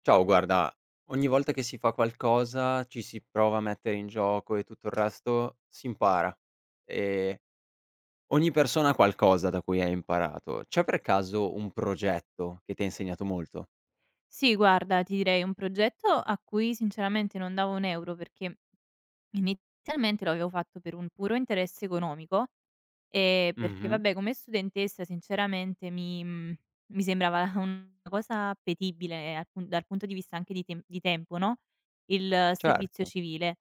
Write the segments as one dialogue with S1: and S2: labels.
S1: Ciao, guarda, ogni volta che si fa qualcosa, ci si prova a mettere in gioco e tutto il resto, si impara. Ehm, Ogni persona ha qualcosa da cui ha imparato. C'è per caso un progetto che ti ha insegnato molto?
S2: Sì, guarda, ti direi un progetto a cui sinceramente non davo un euro perché inizialmente lo avevo fatto per un puro interesse economico e perché,
S1: Mh-mh,
S2: vabbè, come studentessa sinceramente mi sembrava una cosa appetibile dal punto di vista anche di tempo, no? Il servizio
S1: certo.
S2: civile.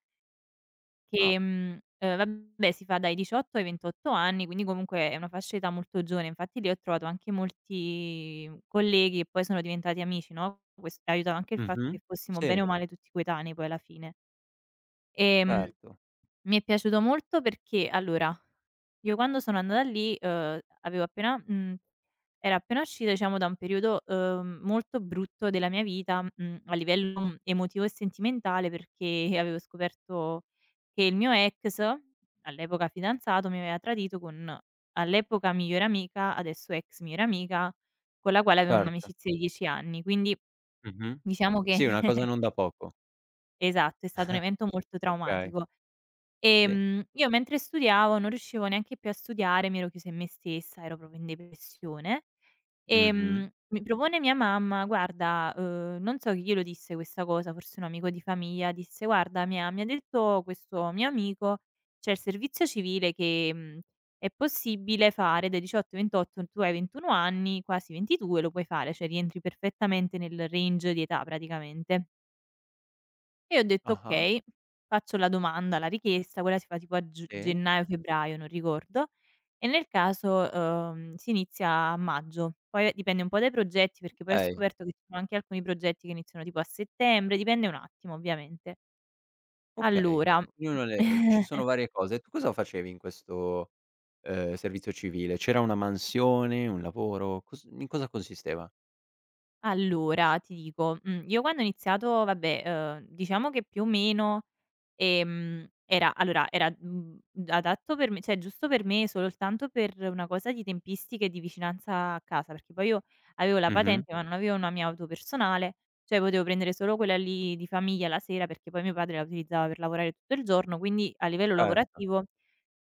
S1: Ah,
S2: Vabbè, si fa dai 18 ai 28 anni, quindi comunque è una fascia d'età molto giovane. Infatti lì ho trovato anche molti colleghi che poi sono diventati amici, no, ques aiutava anche il fatto
S1: mh-mh,
S2: che fossimo bene
S1: sì,
S2: o male tutti coetanei poi alla fine. Ehm,
S1: certo,
S2: Mi è piaciuto molto perché allora, io quando sono andata lì, avevo appena, mhmm era appena uscita, diciamo, da un periodo, molto brutto della mia vita, a livello, emotivo e sentimentale, perché avevo scoperto che il mio ex, all'epoca fidanzato, mi aveva tradito con all'epoca migliore amica, adesso ex migliore amica, con la quale avevo
S1: certo.
S2: un'amicizia di 10 anni. Quindi
S1: Mh-mh.
S2: diciamo che
S1: Sì, una cosa non da poco.
S2: esatto, è stato un evento molto
S1: Okay,
S2: traumatico.
S1: sì.
S2: Io mentre studiavo non riuscivo neanche più a studiare, mi ero chiusa in me stessa, ero proprio in depressione.
S1: Mh-mh.
S2: Mi propone mia mamma: "Guarda, uhm", non so chi glielo disse questa cosa, forse un amico di famiglia, disse: "Guarda, mi ha detto questo mio amico, c'è il servizio civile che, mhmm, è possibile fare dai 18 ai 28, tu hai 21 anni, quasi 22, lo puoi fare, cioè rientri perfettamente nel range di età praticamente." E io ho detto:
S1: Ah-ah,
S2: "Okay." Faccio la domanda, la richiesta, quella si fa tipo a giu
S1: sì.
S2: gennaio, febbraio, non ricordo. E nel caso, si inizia a maggio, poi dipende un po' dai progetti, perché poi ho
S1: Okay,
S2: scoperto che ci sono anche alcuni progetti che iniziano tipo a settembre, dipende un attimo ovviamente.
S1: okay.
S2: Allora
S1: Ognuno le Ci sono varie cose. Tu cosa facevi in questo servizio civile? C'era una mansione, un lavoro? Cos in cosa consisteva?
S2: allora, ti dico, io quando ho iniziato vabbè, diciamo che più o meno, era allora era, adatto per me, cioè giusto per me soltanto per una cosa di tempistiche e di vicinanza a casa, perché poi io avevo la
S1: Mh-mh.
S2: patente ma non avevo una mia auto personale, cioè potevo prendere solo quella lì di famiglia la sera, perché poi mio padre la utilizzava per lavorare tutto il giorno, quindi a livello
S1: Certo.
S2: lavorativo,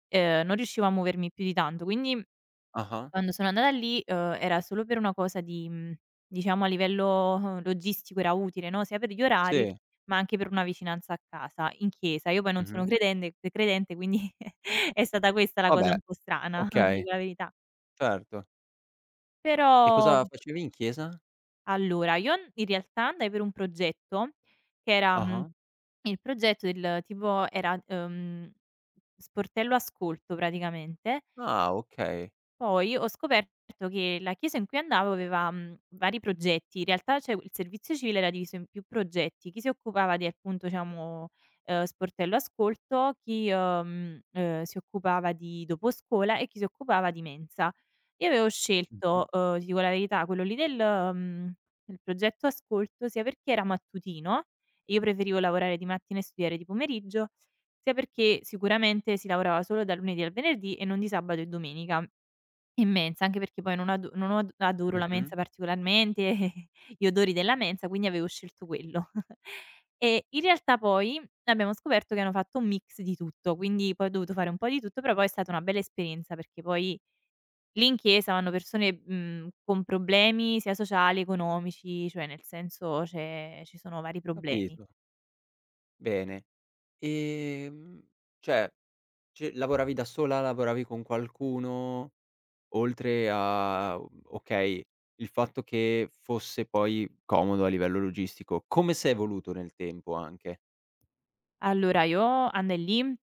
S2: non riuscivo a muovermi più di tanto. Quindi
S1: Ah-ah.
S2: quando sono andata lì, era solo per una cosa di diciamo a livello logistico era utile, no, sia per gli orari,
S1: Sì.
S2: ma anche per una vicinanza a casa, in chiesa. Io poi non
S1: Mh-mh.
S2: sono credende credente, quindi è stata questa la cosa
S1: Vabbè,
S2: un po' strana, ti
S1: okay,
S2: dico la verità.
S1: certo. E
S2: Però
S1: cosa facevi in chiesa?
S2: allora, io n in realtà andai per un progetto che era
S1: Ah-ah.
S2: il progetto del tipo era, sportello ascolto praticamente.
S1: Ah, okay.
S2: Poi ho scoperto che la chiesa in cui andavo aveva, vari progetti. In realtà, cioè, il servizio civile era diviso in più progetti. Chi si occupava di appunto, diciamo, sportello ascolto, chi, si occupava di doposcuola, e chi si occupava di mensa. Io avevo
S1: Mh-mh.
S2: scelto, ti dico la verità, quello lì del mhmm, del progetto ascolto sia perché era mattutino, e io preferivo lavorare di mattina e studiare di pomeriggio, sia perché sicuramente si lavorava solo dal lunedì al venerdì e non di sabato e domenica. Immensa, anche perché poi non ado non od adoro la
S1: Mh-mh.
S2: mensa particolarmente, gli odori della mensa, quindi avevo scelto quello. E in realtà poi abbiamo scoperto che hanno fatto un mix di tutto, quindi poi ho dovuto fare un po' di tutto, però poi è stata una bella esperienza perché poi lì in chiesa vanno persone, con problemi sia sociali, economici, cioè nel senso c'è ci sono vari problemi.
S1: Capito. Bene. Ehm, cioè, ce lavoravi da sola, lavoravi con qualcuno? Oltre a okay, il fatto che fosse poi comodo a livello logistico, come s'è evoluto nel tempo anche?
S2: Allora io andai lì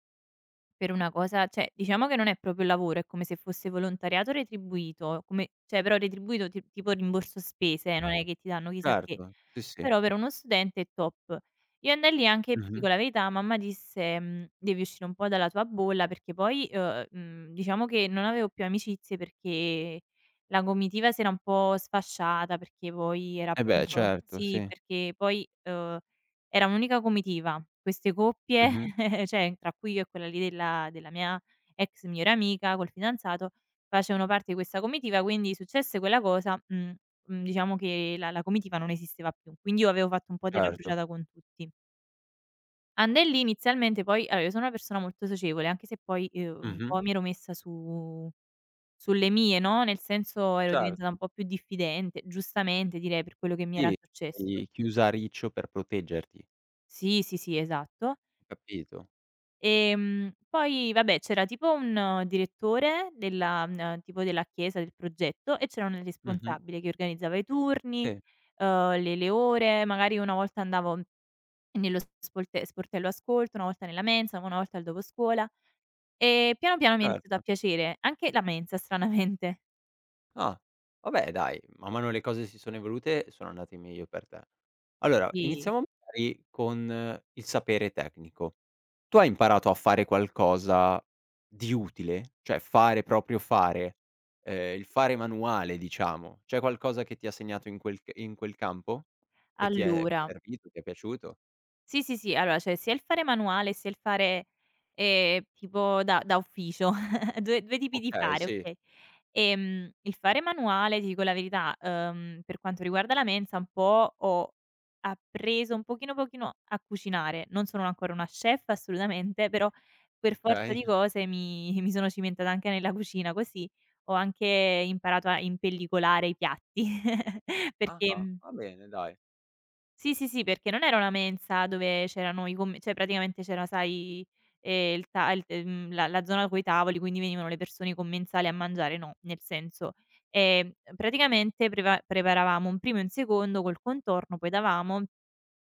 S2: per una cosa, cioè, diciamo che non è proprio lavoro, è come se fosse volontariato retribuito, come cioè però retribuito ti tipo rimborso spese, non è che ti danno chissà che.
S1: Certo, sì, sì.
S2: Però per uno studente è top. Io andai lì anche, ti
S1: Mh-mh.
S2: dico la verità, mamma disse: "Mhmm, devi uscire un po' dalla tua bolla", perché poi, diciamo che non avevo più amicizie perché la comitiva si era un po' sfasciata, perché poi era
S1: Eh beh,
S2: appunto
S1: certo,
S2: sì,
S1: sì.
S2: perché poi, era un'unica comitiva. Queste coppie,
S1: Mh-mh.
S2: cioè tra cui io e quella lì della mia ex migliore amica col fidanzato, facevano parte di questa comitiva, quindi successe quella cosa, diciamo che la comitiva non esisteva più, quindi io avevo fatto un po' terra
S1: Certo.
S2: bruciata con tutti. Andai lì inizialmente, poi allora io sono una persona molto socievole, anche se poi, un
S1: Mh-mh.
S2: po' mi ero messa su sulle mie, no, nel senso ero diventata
S1: Certo.
S2: un po' più diffidente, giustamente direi per quello che mi era
S1: Sì,
S2: successo.
S1: sei chiusa a riccio per proteggerti,
S2: Sì, sì, sì, esatto.
S1: ho capito.
S2: Poi vabbè c'era tipo un direttore della tipo della chiesa, del progetto, e c'era una
S1: Mh-mh.
S2: responsabile che organizzava i turni,
S1: Sì,
S2: le ore, magari una volta andavo Nello spolte sportello ascolto, una volta nella mensa, una volta al dopo scuola, e piano, piano mi è iniziato a
S1: certo.
S2: piacere anche la mensa stranamente.
S1: Ah, vabbè dai, man mano le cose si sono evolute, sono andate meglio per te. Allora,
S2: Sì,
S1: iniziamo magari con il sapere tecnico. Tu hai imparato a fare qualcosa di utile? Cioè fare, proprio fare, il fare manuale diciamo. C'è qualcosa che ti ha segnato in quel c in quel campo? E ti è
S2: allora
S1: servito, ti è piaciuto?
S2: sì, sì, sì, allora c'è sia il fare manuale, sia il fare, tipo da ufficio, due due tipi di
S1: Okay,
S2: fare,
S1: sì,
S2: okay. Il fare manuale, ti dico la verità, per quanto riguarda la mensa un po' ho appreso un pochino, pochino a cucinare. Non sono ancora una chef assolutamente, però per forza
S1: okay.
S2: di cose mi mi sono cimentata anche nella cucina, così ho anche imparato a impellicolare i piatti. Perché,
S1: Ah-ah,
S2: mhmm
S1: va bene dai.
S2: sì, sì, sì, perché non era una mensa dove c'erano i comm cioè praticamente c'era, sai, il ta il mhmm, la zona coi tavoli, quindi venivano le persone commensali a mangiare, no, nel senso, ehm, praticamente preva preparavamo un primo e un secondo col contorno, poi davamo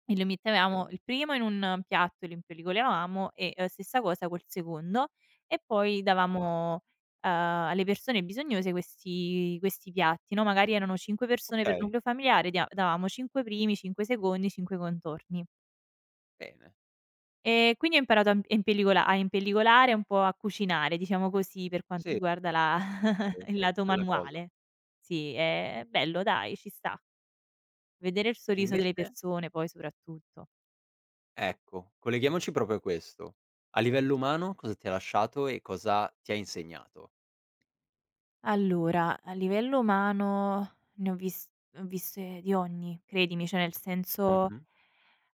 S2: e lo
S1: Sì,
S2: mettevamo il primo in un piatto, lo impellicolavamo e, stessa cosa col secondo, e poi
S1: ah-ah,
S2: davamo, alle persone bisognose questi piatti, no, magari erano 5 persone per
S1: okay,
S2: nucleo familiare, dia davamo 5 primi, 5 secondi, 5 contorni.
S1: bene.
S2: E quindi ho imparato a impellicolare, un po' a cucinare, diciamo così, per quanto
S1: Sì,
S2: riguarda la
S1: dai,
S2: il
S1: okay, che
S2: lato
S1: bella cosa.
S2: manuale. Sì, è bello dai, ci sta. Vedere il
S1: E
S2: sorriso delle
S1: invece?
S2: persone poi soprattutto.
S1: Ecco, colleghiamoci proprio a questo. A livello umano cosa ti ha lasciato e cosa ti ha insegnato?
S2: Allora, a livello umano ne ho viste di ogni, credimi, cioè nel senso
S1: Mh-mh,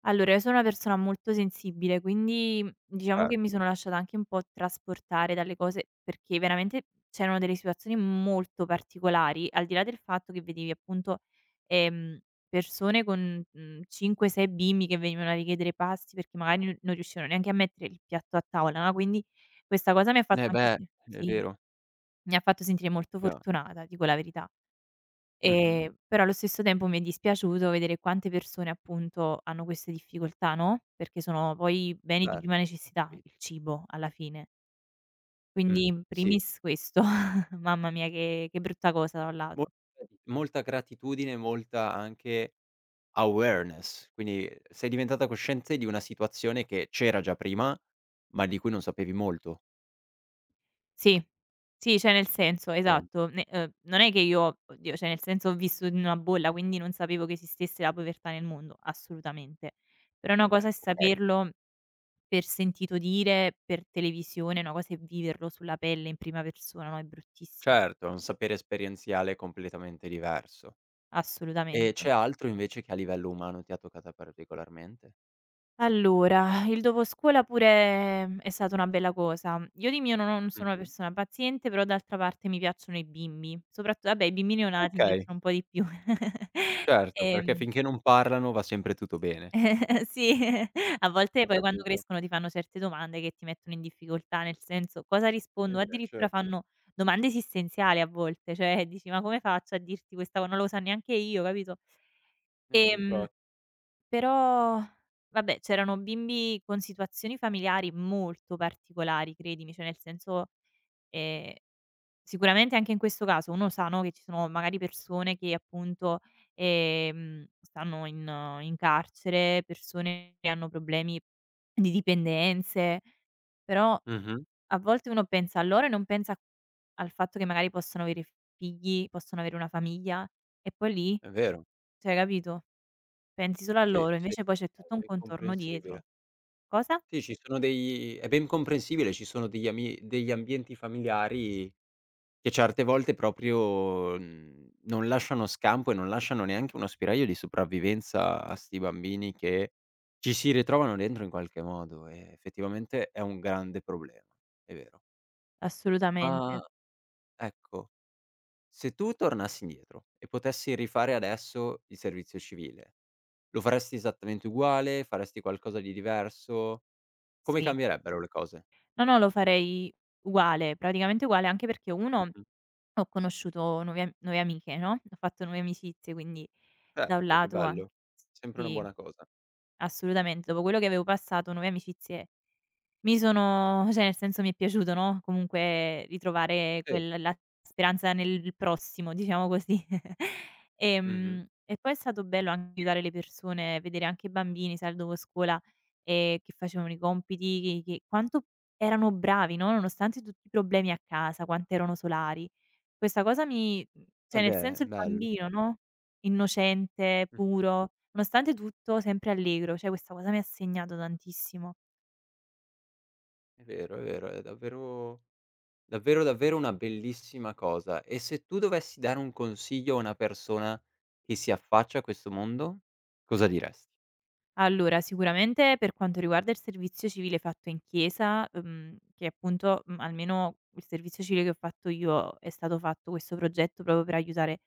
S2: allora io sono una persona molto sensibile, quindi diciamo che mi
S1: certo.
S2: sono lasciata anche un po' trasportare dalle cose, perché veramente c'erano delle situazioni molto particolari, al di là del fatto che vedevi appunto, ehm, persone con, 5, 6 bimbi che venivano a richiedere pasti perché magari non riuscivano neanche a mettere il piatto a tavola, no, quindi questa cosa mi ha fatto
S1: Eh
S2: anche
S1: beh,
S2: sì,
S1: è vero,
S2: mi ha fatto sentire molto
S1: chiaro.
S2: fortunata, dico la verità.
S1: Mh-mh,
S2: Però allo stesso tempo mi è dispiaciuto vedere quante persone, appunto, hanno queste difficoltà, no, perché sono poi beni di
S1: certo,
S2: prima
S1: ho
S2: necessità,
S1: capito.
S2: il cibo alla fine.
S1: Mh.
S2: Quindi in
S1: Sì,
S2: primis questo. Mamma mia che brutta cosa da un
S1: mol
S2: lato.
S1: molta gratitudine, molta anche awareness, quindi sei diventata cosciente di una situazione che c'era già prima, ma di cui non sapevi molto.
S2: Sì. Sì, cioè nel senso
S1: Sì,
S2: esatto, ne non è che io oddio, cioè nel senso ho vissuto in una bolla, quindi non sapevo che esistesse la povertà nel mondo, assolutamente. Però una cosa
S1: vabbè,
S2: è
S1: okay.
S2: saperlo per sentito dire, per televisione, una cosa è viverlo sulla pelle in prima persona, no, è bruttissimo,
S1: Certo, è un sapere esperienziale completamente diverso. E
S2: assolutamente.
S1: c'è altro invece che a livello umano ti ha toccata particolarmente?
S2: Allora, il dopo scuola pure, è stata una bella cosa. Io di mio non sono una
S1: Mh-mh.
S2: persona paziente, però d'altra parte mi piacciono i bimbi, soprattu vabbè i bimbi neonati mi
S1: Okay,
S2: piacciono un po' di più.
S1: certo, perché
S2: Ehm
S1: finché non parlano va sempre tutto bene.
S2: Eh sì, a volte
S1: Ho
S2: poi quando
S1: capito.
S2: crescono ti fanno certe domande che ti mettono in difficoltà, nel senso: "Cosa
S1: Eh
S2: rispondo?"
S1: beh,
S2: Addirittura
S1: certo.
S2: fanno domande esistenziali a volte, cioè dici: "Ma come faccio a dirti questa co, non lo so neanche io", capito? Ehm,
S1: Infa
S2: Però vabbè, c'erano bimbi con situazioni familiari molto particolari, credimi, cioè nel senso, ehm sicuramente anche in questo caso uno sa, no, che ci sono magari persone che appunto, stanno in carcere, persone che hanno problemi di dipendenze, però
S1: Mh-mh.
S2: a volte uno pensa a loro e non pensa al fatto che magari possono avere figli, possono avere una famiglia, e poi lì,
S1: È vero.
S2: cioè capito, pensi solo a
S1: Sì,
S2: loro,
S1: sì,
S2: invece poi c'è
S1: è
S2: tutto un
S1: ben
S2: contorno dietro.
S1: comprensibile.
S2: Cosa?
S1: Sì, ci sono dei è ben comprensibile, ci sono degli ambienti familiari che certe volte proprio, mhmm, non lasciano scampo e non lasciano neanche uno spiraglio di sopravvivenza a 'sti bambini che ci si ritrovano dentro in qualche modo, e effettivamente è un grande problema, è vero. Ma
S2: Assolutamente,
S1: ecco, se tu tornassi indietro e potessi rifare adesso il servizio civile, lo faresti esattamente uguale? Faresti qualcosa di diverso? Come
S2: sì.
S1: cambierebbero le cose?
S2: No, no, lo farei uguale, praticamente uguale, anche perché uno
S1: Mh-mh.
S2: ho conosciuto nuove amiche, no, ho fatto nuove amicizie, quindi da un
S1: Certo, che
S2: lato an
S1: bello. Sempre una
S2: sì,
S1: buona cosa.
S2: assolutamente. Dopo quello che avevo passato nuove amicizie mi sono, cioè nel senso mi è piaciuto, no, comunque ritrovare
S1: Sì.
S2: quel la speranza nel prossimo, diciamo così.
S1: Mh-mh.
S2: E poi è stato bello anche aiutare le persone, vedere anche i bambini, sai, dopo scuola, che facevano i compiti, che quanto erano bravi, no, nonostante tutti i problemi a casa, quanto erano solari. Questa cosa
S1: Eh
S2: cioè nel
S1: beh,
S2: senso il
S1: bello.
S2: bambino, no, innocente,
S1: Mh-mh.
S2: puro, nonostante tutto sempre allegro, cioè questa cosa mi ha segnato tantissimo.
S1: È vero, è vero, è davvero davvero, davvero una bellissima cosa. E se tu dovessi dare un consiglio a una persona che si affaccia a questo mondo, cosa diresti?
S2: Allora, sicuramente per quanto riguarda il servizio civile fatto in chiesa, che appunto, almeno il servizio civile che ho fatto io è stato fatto questo progetto proprio per aiutare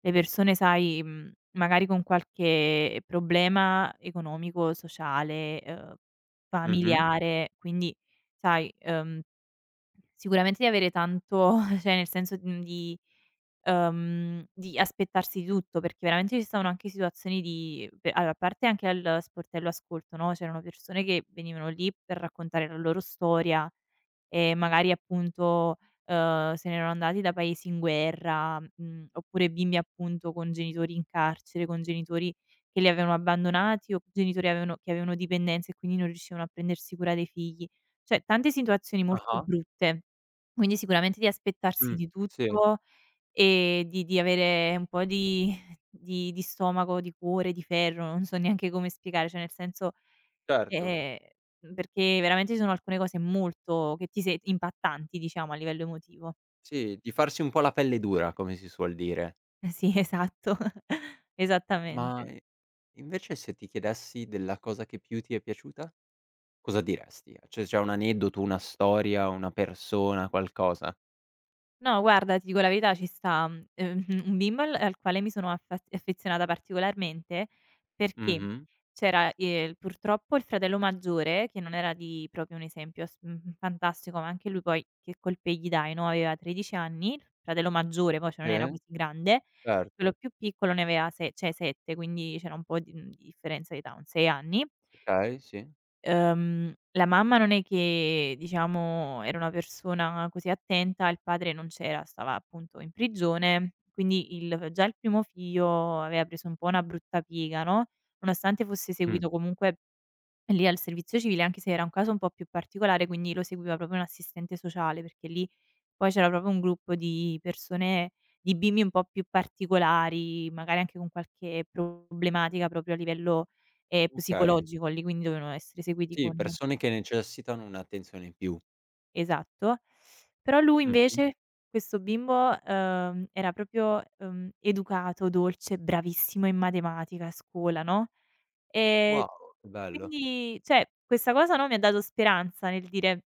S2: le persone, sai, magari con qualche problema economico, sociale,
S1: Mh-mh.
S2: familiare, quindi sai, sicuramente di avere tanto cioè nel senso, mhmm, di aspettarsi di tutto, perché veramente ci stavano anche situazioni di pe allora a parte anche al sportello ascolto, no, c'erano persone che venivano lì per raccontare la loro storia e magari appunto, se ne erano andati da paesi in guerra, oppure bimbi appunto con genitori in carcere, con genitori che li avevano abbandonati o genitori avevano che avevano dipendenze e quindi non riuscivano a prendersi cura dei figli. Cioè tante situazioni molto
S1: Ah-ah.
S2: brutte, quindi sicuramente di aspettarsi
S1: Mh.
S2: di
S1: Sì,
S2: tutto. Di avere un po' di stomaco, di cuore, di ferro, non so neanche come spiegare, cioè nel senso
S1: certo.
S2: ehm, perché veramente ci sono alcune cose molto che ti se impattanti diciamo a livello emotivo.
S1: Sì, di farsi un po' la pelle dura, come si suol dire.
S2: Sì, esatto,
S1: Ma
S2: esattamente.
S1: i Invece se ti chiedessi della cosa che più ti è piaciuta, cosa diresti? Cioè c'è un aneddoto, una storia, una persona, qualcosa?
S2: No, guarda, ti dico la verità, ci sta, un bimbo al quale mi sono affa affezionata particolarmente perché
S1: Mh-mh.
S2: c'era, purtroppo il fratello maggiore, che non era di proprio un esempio fantastico, ma anche lui poi che colpe gli dai, no, aveva 13 anni, il fratello maggiore poi, cioè non era
S1: Sì,
S2: così grande, e
S1: certo.
S2: quello più piccolo ne aveva se cioè 7, quindi c'era un po' di, di differenza di età, un 6 anni.
S1: Okay, sì.
S2: La mamma non è che, diciamo, era una persona così attenta, il padre non c'era, stava appunto in prigione, quindi il primo figlio aveva preso un po' una brutta piega, no, nonostante fosse
S1: Mh,
S2: seguito comunque lì al servizio civile, anche se era un caso un po' più particolare, quindi lo seguiva proprio un assistente sociale, perché lì poi c'era proprio un gruppo di persone di bimbi un po' più particolari, magari anche con qualche problematica proprio a livello,
S1: okay.
S2: psicologico, lì quindi dovevano essere seguiti
S1: Sì,
S2: con
S1: persone che necessitano un'attenzione in più.
S2: esatto. Però lui
S1: Mh-mh.
S2: invece, questo bimbo, era proprio, educato, dolce, bravissimo in matematica a scuola, no, ehm,
S1: Wow, che bello.
S2: quindi cioè questa cosa, no, mi ha dato speranza nel dire.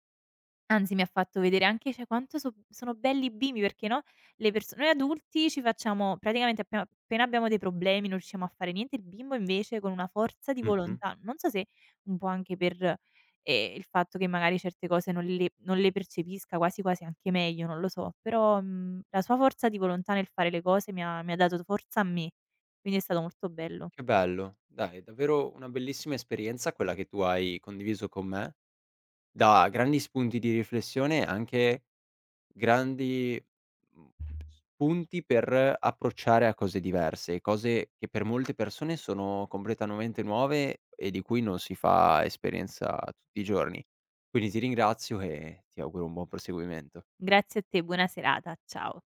S2: Anzi, mi ha fatto vedere anche, cioè, quanto sono belli i bimbi perché, no, le perso noi adulti ci facciamo praticamente appena appena abbiamo dei problemi, non riusciamo a fare niente, il bimbo invece con una forza di
S1: Mh-mh.
S2: volontà, non so se un po' anche per, il fatto che magari certe cose non le percepisca, quasi quasi anche meglio, non lo so, però, la sua forza di volontà nel fare le cose mi ha dato forza a me, quindi è stato molto bello.
S1: Che bello. Dai, davvero una bellissima esperienza quella che tu hai condiviso con me. Da grandi spunti di riflessione, anche grandi, mhmm, spunti per approcciare a cose diverse, cose che per molte persone sono completamente nuove e di cui non si fa esperienza tutti i giorni. Quindi ti ringrazio e ti auguro un buon proseguimento.
S2: Grazie a te, buona serata, ciao.